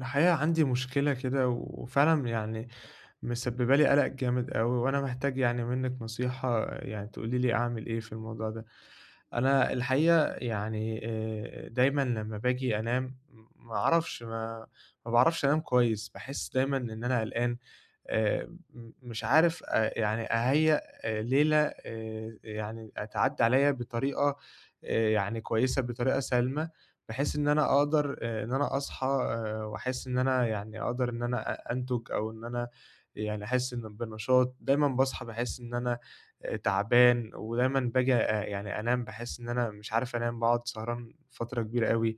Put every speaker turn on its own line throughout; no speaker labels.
الحقيقة عندي مشكلة كده وفعلًا يعني مسببة لي قلق جامد أوي، وأنا محتاج يعني منِّك نصيحة يعني تقولي لي أعمل إيه في الموضوع ده. أنا الحقيقة يعني دايمًا لمّا باجي أنام ما أعرفش ما ما باعرفش أنام كويس، باحس دايمًا إن أنا قلقان م مش عارف أ يعني أهيّأ ليلة تعدّي عليّا بطريقة كويسة، بطريقة سالمة، بحيث إن أنا أقدر إن أنا أصحى وأحس إن أنا يعني أقدر إن أنا أنتُج أو إن أنا يعني أحس إن بنشاط، دايمًا باصحى باحس إن أنا تعبان ودايمًا باجي أ يعني أنام باحس إن أنا مش عارف أنام، باقعد سهران فترة كبيرة أوي،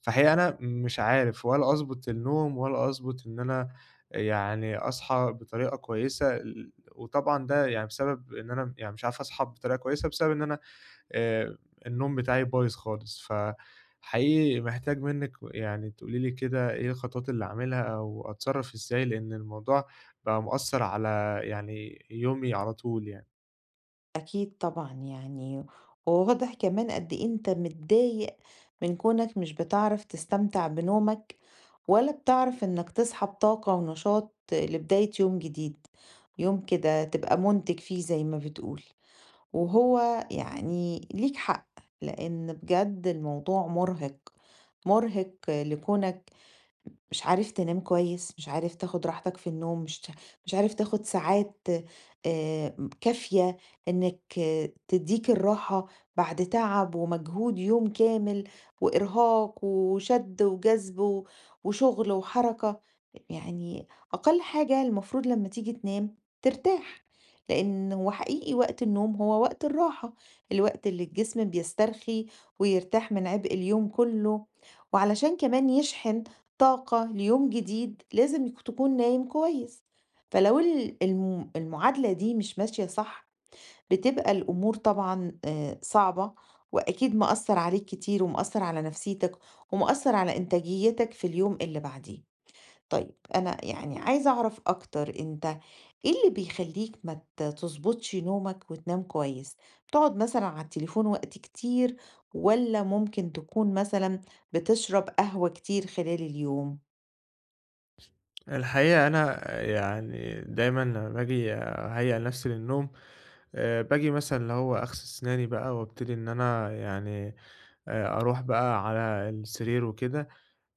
فالحقيقة أنا مش عارف ولا أضبط النوم ولا أضبط إن أنا يعني أصحى بطريقة كويسة وطبعًا ده يعني بسبب إن أنا يعني مش عارف أصحى بطريقة كويسة بسبب إن أنا آآ النوم بتاعي بايظ خالص، فحقيقي محتاج منِّك يعني تقولي لي كده إيه الخطوات اللي أعملها أو أتصرّف إزاي، لإن الموضوع بقى مأثّر على يعني يومي على طول يعني.
أكيد طبعًا يعني، وواضح كمان قد إيه أنت متضايق من كونك مش بتعرف تستمتع بنومك، ولا بتعرف إنك تصحى بطاقة ونشاط لبداية يوم جديد، يوم كده تبقى منتج فيه زي ما بتقول، وهو يعني ليك حق، لأن بجد الموضوع مرهق، مرهق لكونك مش عارف تنام كويس، مش عارف تاخد راحتك في النوم، مش عارف تاخد ساعات كافية إنك تدّيك الراحة بعد تعب ومجهود يوم كامل وإرهاق وشد وجذب و وشغل وحركة، يعني أقل حاجة المفروض لمّا تيجي تنام ترتاح، لإن هو حقيقي وقت النوم هو وقت الراحة، الوقت اللي الجسم بيسترخي ويرتاح من عبء اليوم كله، وعلشان كمان يشحن طاقة ليوم جديد لازم تكون نايم كويس فلو المعادلة دي مش ماشية صح بتبقى الأمور طبعا صعبة وأكيد مأثر عليك كتير ومأثر على نفسيتك ومأثر على إنتاجيتك في اليوم اللي بعديه طيب أنا يعني عايزة أعرف أكتر أنت إيه اللي بيخليك ما تظبطش نومك وتنام كويس تقعد مثلا على التليفون وقت كتير ولا ممكن تكون مثلا بتشرب قهوة كتير خلال اليوم
الحقيقة أنا يعني دايمًا لمّا باجي أهيّأ نفسي للنوم باجي مثلًا اللي هو أغسل سناني بقى وابتدي إن أنا يعني أروح بقى على السرير وكده،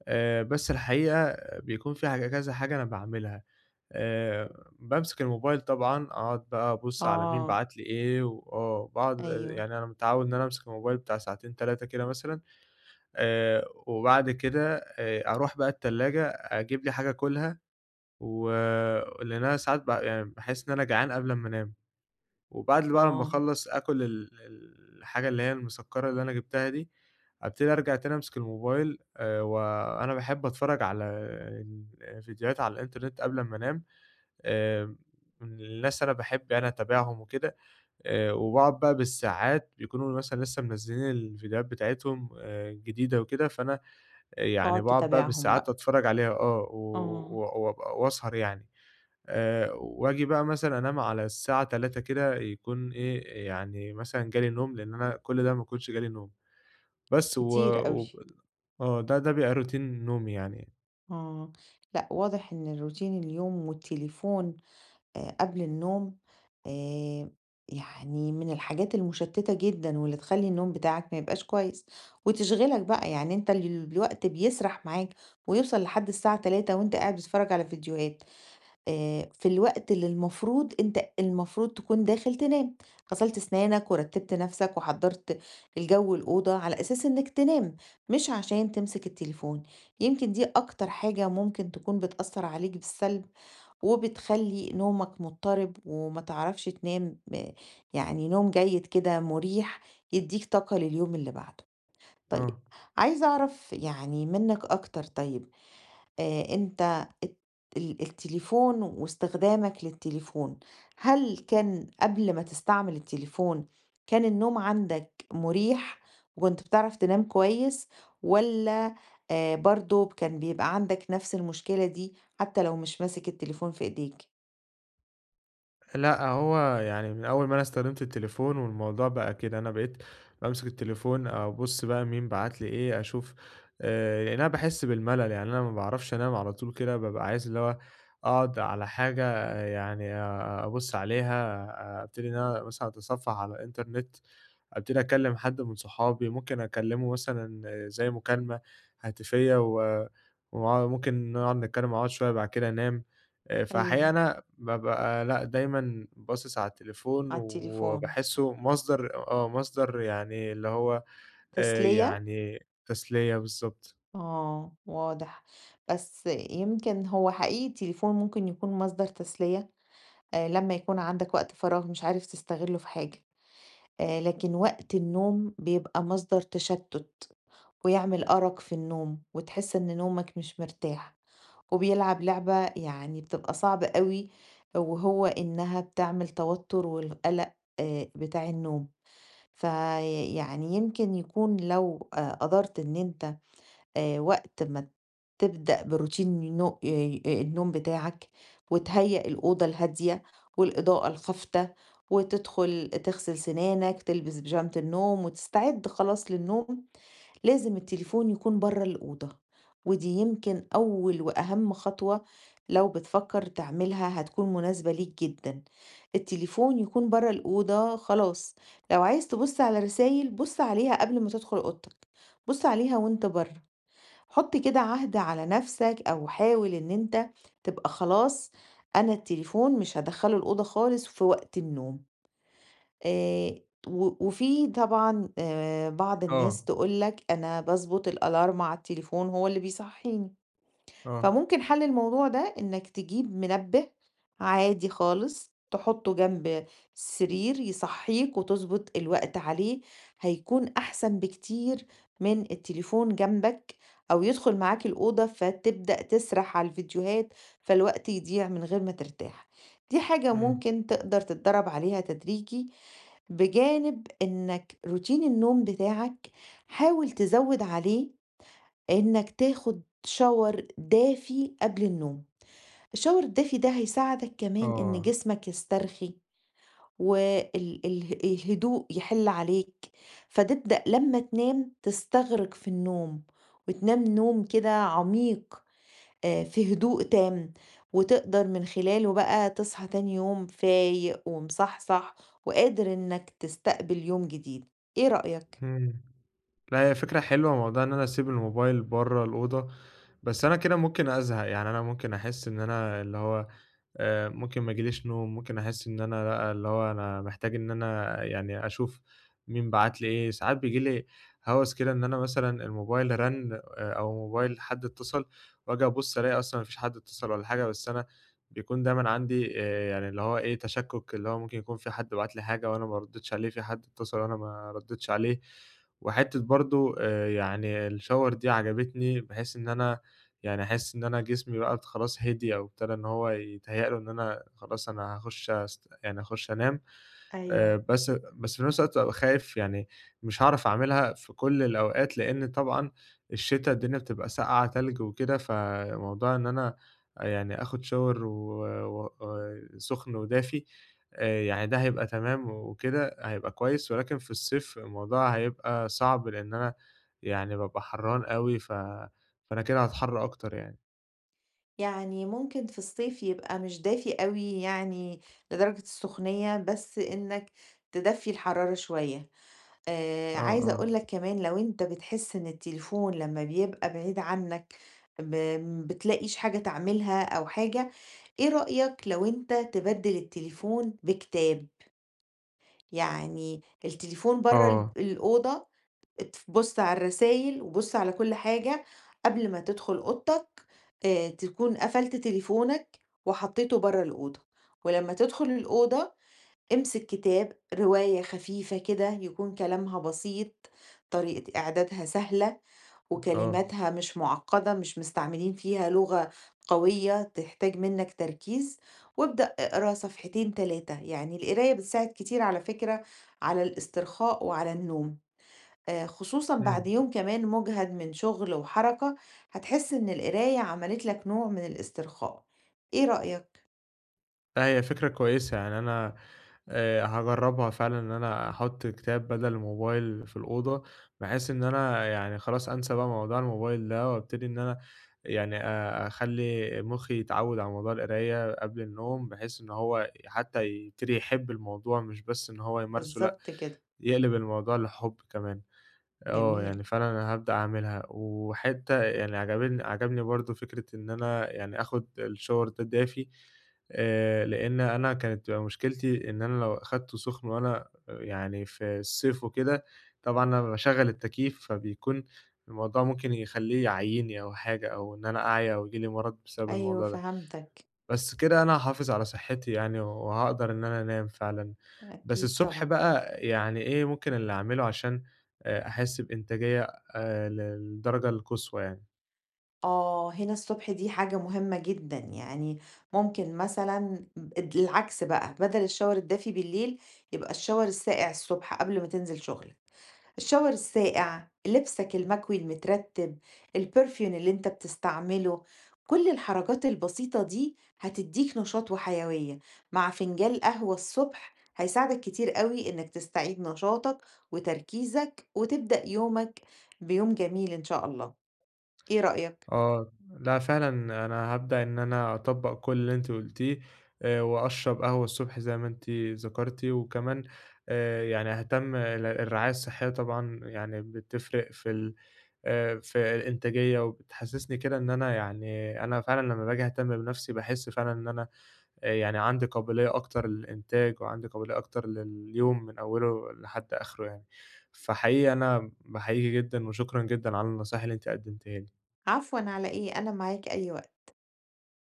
بس الحقيقة بيكون في حاجة كذا حاجة أنا باعملها، بامسك الموبايل طبعًا، أقعد بقى أبُص على مين
آه،
بعت لي إيه وآه، باقعد
أيوه،
يعني أنا متعوّد إن أنا أمسك الموبايل بتاع ساعتين، 3 كده مثلًا، وبعد كده أروح بقى التلاجة أجيب لي حاجة آكلها و لإن أنا ساعات ب يعني باحس إن أنا جعان قبل أمّا أنام. وبعد بقى لمّا
آه،
أخلّص آكل الحاجة اللي هي المسكّرة اللي أنا جبتها دي، أبتدي أرجع تاني أمسك الموبايل وأنا باحب أتفرّج على فيديوهات على الإنترنت قبل أمّا أنام آآ، من الناس أنا باحب يعني أتابعهم وكده وباقعد بقى بالساعات بيكونوا مثلًا لسه منزّلين الفيديوهات بتاعتهم جديدة وكده، فأنا يعني
تقعد
باقعد بقى
تتابعهم
بالساعات
بقى،
أتفرّج عليها و
آه،
و وأبقى وأسهر يعني. وآجي بقى مثلًا أنام على الساعة 03:00 كده يكون إيه، يعني مثلًا جالي نوم، لإن أنا كل ده ما يكونش جالي نوم، بس و
كتير أوي،
وب آه، ده بيبقى روتين نومي يعني.
آه، لأ واضح إن الروتين اليوم والتليفون قبل النوم آآ يعني من الحاجات المشتتة جدًا واللي تخلّي النوم بتاعك ما يبقاش كويس، وتشغلك بقى يعني أنت الوقت بيسرح معاك ويوصل لحد الساعة 03:00 وأنت قاعد بتتفرج على فيديوهات. في الوقت اللي المفروض أنت المفروض تكون داخل تنام، غسلت أسنانك ورتّبت نَفْسك وحضّرت الجو الأوضة على أساس إنّك تنام، مش عشان تمسك التليفون، يمكن دي أكتر حاجة ممكن تكون بتأثّر عليك بالسلب، وبتخلّي نومك مضطرب وما تعرفش تنام يعني نوم جيد كده مُريح يدّيك طاقة لليوم اللي بعده. طيب
آه.
عايزة أعرف يعني منّك أكتر طيب، أنت التليفون واستخدامك للتليفون، هل كان قبل ما تستعمل التليفون كان النوم عندك مُريح وكنت بتعرف تنام كويس والّا برضه كان بيبقى عندك نفس المشكلة دي حتى لو مش ماسك التليفون في إيديك؟
لأ، هو يعني من أول ما أنا استخدمت التليفون والموضوع بقى كده، أنا بقيت بامسك التليفون أبُص بقى مين بعت لي إيه، أشوف لإن أنا باحس بالملل، يعني أنا ما باعرفش أنام على طول كده، بابقى عايز اللي هو أقعد على حاجة أبُص عليها، أبتدي إن أنا مثلًا أتصفح على الإنترنت. أبتدي أكلم حد من صحابي، ممكن أكلمه مثلًا زي مكالمة هاتفية و وع ممكن نقعد نتكلم مع بعض شوية بعد كده أنام، فالحقيقة
أيوه.
أنا بابقى لأ، دايمًا باصص على التليفون
على التليفون،
وباحسه مصدر يعني اللي هو
تسلية؟
يعني تسلية بالضبط.
آه واضح، بس يمكن هو حقيقي التليفون ممكن يكون مصدر تسلية لمّا يكون عندك وقت فراغ مش عارف تستغله في حاجة. لكن وقت النوم بيبقى مصدر تشتُّت ويعمل أرق في النوم وتحس إن نومك مش مرتاح، وبيلعب لعبة يعني بتبقى صعبة أوي وهو إنها بتعمل توتُّر والقلق بتاع النوم، فيعني يمكن يكون لو قدرت إن أنت وقت ما تبدأ بروتين نو النوم بتاعك، وتهيأ الأوضة الهادية والإضاءة الخافتة، وتدخل تغسل سنانك، تلبس بيجامة النوم، وتستعد خلاص للنوم، لازم التليفون يكون برّه الأوضة، ودي يمكن أول وأهم خطوة لو بتفكر تعملها هتكون مناسبة ليك جدًا، التليفون يكون برّه الأوضة خلاص، لو عايز تبُص على رسايل بُص عليها قبل ما تدخل أوضتك، بُص عليها وأنت برّه، حط كده عهد على نفسك او حاول ان انت تبقى خلاص انا التليفون مش هدخله الاوضه خالص في وقت النوم آه و- وفي طبعا بعض الناس
آه،
تقولك انا بظبط الالارم على التليفون هو اللي بيصحيني
آه،
فممكن حل الموضوع ده إنك تجيب منبه عادي خالص تحطه جنب السرير يصحيك وتظبط الوقت عليه هيكون أحسن بكتير من التليفون جنبك أو يدخل معاك الأوضة فتبدأ تسرح على الفيديوهات فالوقت يضيع من غير ما ترتاح دي حاجة
إمم،
ممكن تقدر تتدرب عليها تدريجي بجانب إنك روتين النوم بتاعك حاول تزود عليه إنك تاخد shower دافي قبل النوم. الshower الدافي ده هيساعدك كمان إن
آه،
جسمك يسترخي، وال ال الهدوء يحل عليك، فتبدأ لمّا تنام تستغرق في النوم، وتنام نوم كده عميق في هدوء تام، وتقدر من خلاله بقى تصحى تاني يوم فايق ومصحصح، وقادر إنك تستقبل يوم جديد، إيه رأيك؟
إمم، لا هي فكرة حلوة موضوع إن أنا أسيب الموبايل برّه الأوضة، بس أنا كده ممكن أزهق، يعني أنا ممكن أحس إن أنا اللي هو ممكن ما ييجيليش نوم، ممكن أحس إن أنا لأ، اللي هو أنا محتاج إن أنا يعني أشوف مين بعت لي إيه، ساعات بييجي لي هَوَس كده إن أنا مثلًا الموبايل رَن أو موبايل حد اتصل وآجي أبُص ألاقي أصلًا ما فيش حد اتصل ولا حاجة، بس أنا بيكون دايمًا عندي يعني اللي هو إيه، تشكُّك اللي هو ممكن يكون في حد بعت لي حاجة وأنا ما ردّيتش عليه، في حد اتصل وأنا ما ردّيتش عليه، وحتّة برضه يعني الShower دي عجبتني بحيث إن أنا يعني أحس إن أنا جسمي بقى خلاص هدي أو ابتدى إن هو يتهيأ له إن أنا خلاص أنا هاخش أست يعني هاخش أنام
أيوه.
بس في نفس الوقت بابقى خايف يعني مش هاعرف أعملها في كل الأوقات، لإن طبعًا الشتا الدنيا بتبقى ساقعة تلج وكده، فموضوع إن أنا يعني آخد shower و و آه، سخن ودافي يعني ده هيبقى تمام وكده هيبقى كويس، ولكن في الصيف الموضوع هيبقى صعب، لإن أنا يعني بابقى حرّان أوي فأنا كده هاتحر أكتر يعني.
يعني ممكن في الصيف يبقى مش دافي أوي يعني لدرجة السخونية، بس إنك تدفّي الحرارة شوية.
آه،
عايزة
آه،
أقول لك كمان لو أنت بتحس إن التليفون لمّا بيبقى بعيد عنك ب ما بتلاقيش حاجة تعملها أو حاجة، إيه رأيك لو أنت تبدِّل التليفون بكتاب؟ يعني التليفون برّه
آه،
الأوضة بُص على الرسايل وبُص على كل حاجة قبل ما تدخل أوضتك تكون قفلت تليفونك وحطيته برّه الأوضة، ولمّا تدخل الأوضة امسك كتاب، رواية خفيفة كده يكون كلامها بسيط، طريقة إعدادها سهلة
آه،
وكلماتها مش معقّدة، مش مستعملين فيها لغة قوية تحتاج منّك تركيز، وابدأ اقرا صفحتين 3 يعني القراية بتساعد كتير على فكرة على الاسترخاء وعلى النوم. خصوصًا بعد
إمم،
يوم كمان مُجهد من شُغل وحركة، هتحس إن القراية عملت لك نوع من الاسترخاء. إيه رأيك؟
لأ هي فكرة كويسة، يعني أنا هاجرّبها فعلًا إن أنا أحُط كتاب بدل الموبايل في الأوضة، بحيث إن أنا يعني خلاص أنسى بقى موضوع الموبايل ده، وأبتدي إن أنا يعني أخلّي مُخّي يتعوّد على موضوع القراية قبل النوم، بحيث إن هو حتى يبتدي يحب الموضوع، مش بس إن هو يمارسه لأ،
بالضبط كده،
يقلب الموضوع لحُب كمان. آه،
جميل.
يعني فعلًا أنا هابدأ أعملها، وحتّة يعني عجبني برضه فكرة إن أنا يعني آخُد الShower ده دافي، لإن أنا كانت بتبقى مشكلتي إن أنا لو أخدته سُخن وأنا يعني في الصيف وكده، طبعًا أنا باشغّل التكييف، فبيكون الموضوع ممكن يخلّيه يعيّني أو حاجة أو إن أنا أعيا أو ييجي لي مَرَض بسبب
أيوه
الموضوع ده.
فهمتك،
بس كده أنا هاحافظ على صحّتي يعني وهاقدر إن أنا أنام فعلًا، بس
أكيد
الصبح
طبعًا.
بقى يعني إيه ممكن اللي أعمله عشان أحس بإنتاجية للدرجة القصوى يعني؟
آه، هنا الصبح دي حاجة مهمة جدًا، يعني ممكن مثلًا العكس بقى، بدل الشاور الدافي بالليل، يبقى الشاور الساقع الصبح قبل ما تنزل شُغلك. الشاور الساقع، لبسك المكوي المترتب، البرفيون اللي انت بتستعمله، كل الحركات البسيطة دي هتديك نشاط وحيوية مع فنجان قهوة الصبح هيساعدك كتير قوي انك تستعيد نشاطك وتركيزك وتبدأ يومك بيوم جميل ان شاء الله ايه رأيك؟
آه، لأ فعلًا أنا هابدأ إن أنا أطبّق كل اللي أنتِ قُلتيه وأشرب قهوة الصبح زي ما أنتِ ذكرتِ، وكمان يعني أهتم الرعاية الصحية طبعًا يعني بتفرق في الإنتاجية وبتحسسني كده إن أنا يعني أنا فعلًا لمّا باجي أهتم بنفسي باحس فعلًا إن أنا يعني عندي قابلية أكتر للإنتاج، وعندي قابلية أكتر لليوم من أوله لحد آخره يعني. فحقيقي أنا باحييكِ جدًا، وشكرًا جدًا على النصايح اللي أنتِ قدمتيها لي.
عفوا على ايه انا معاك اي وقت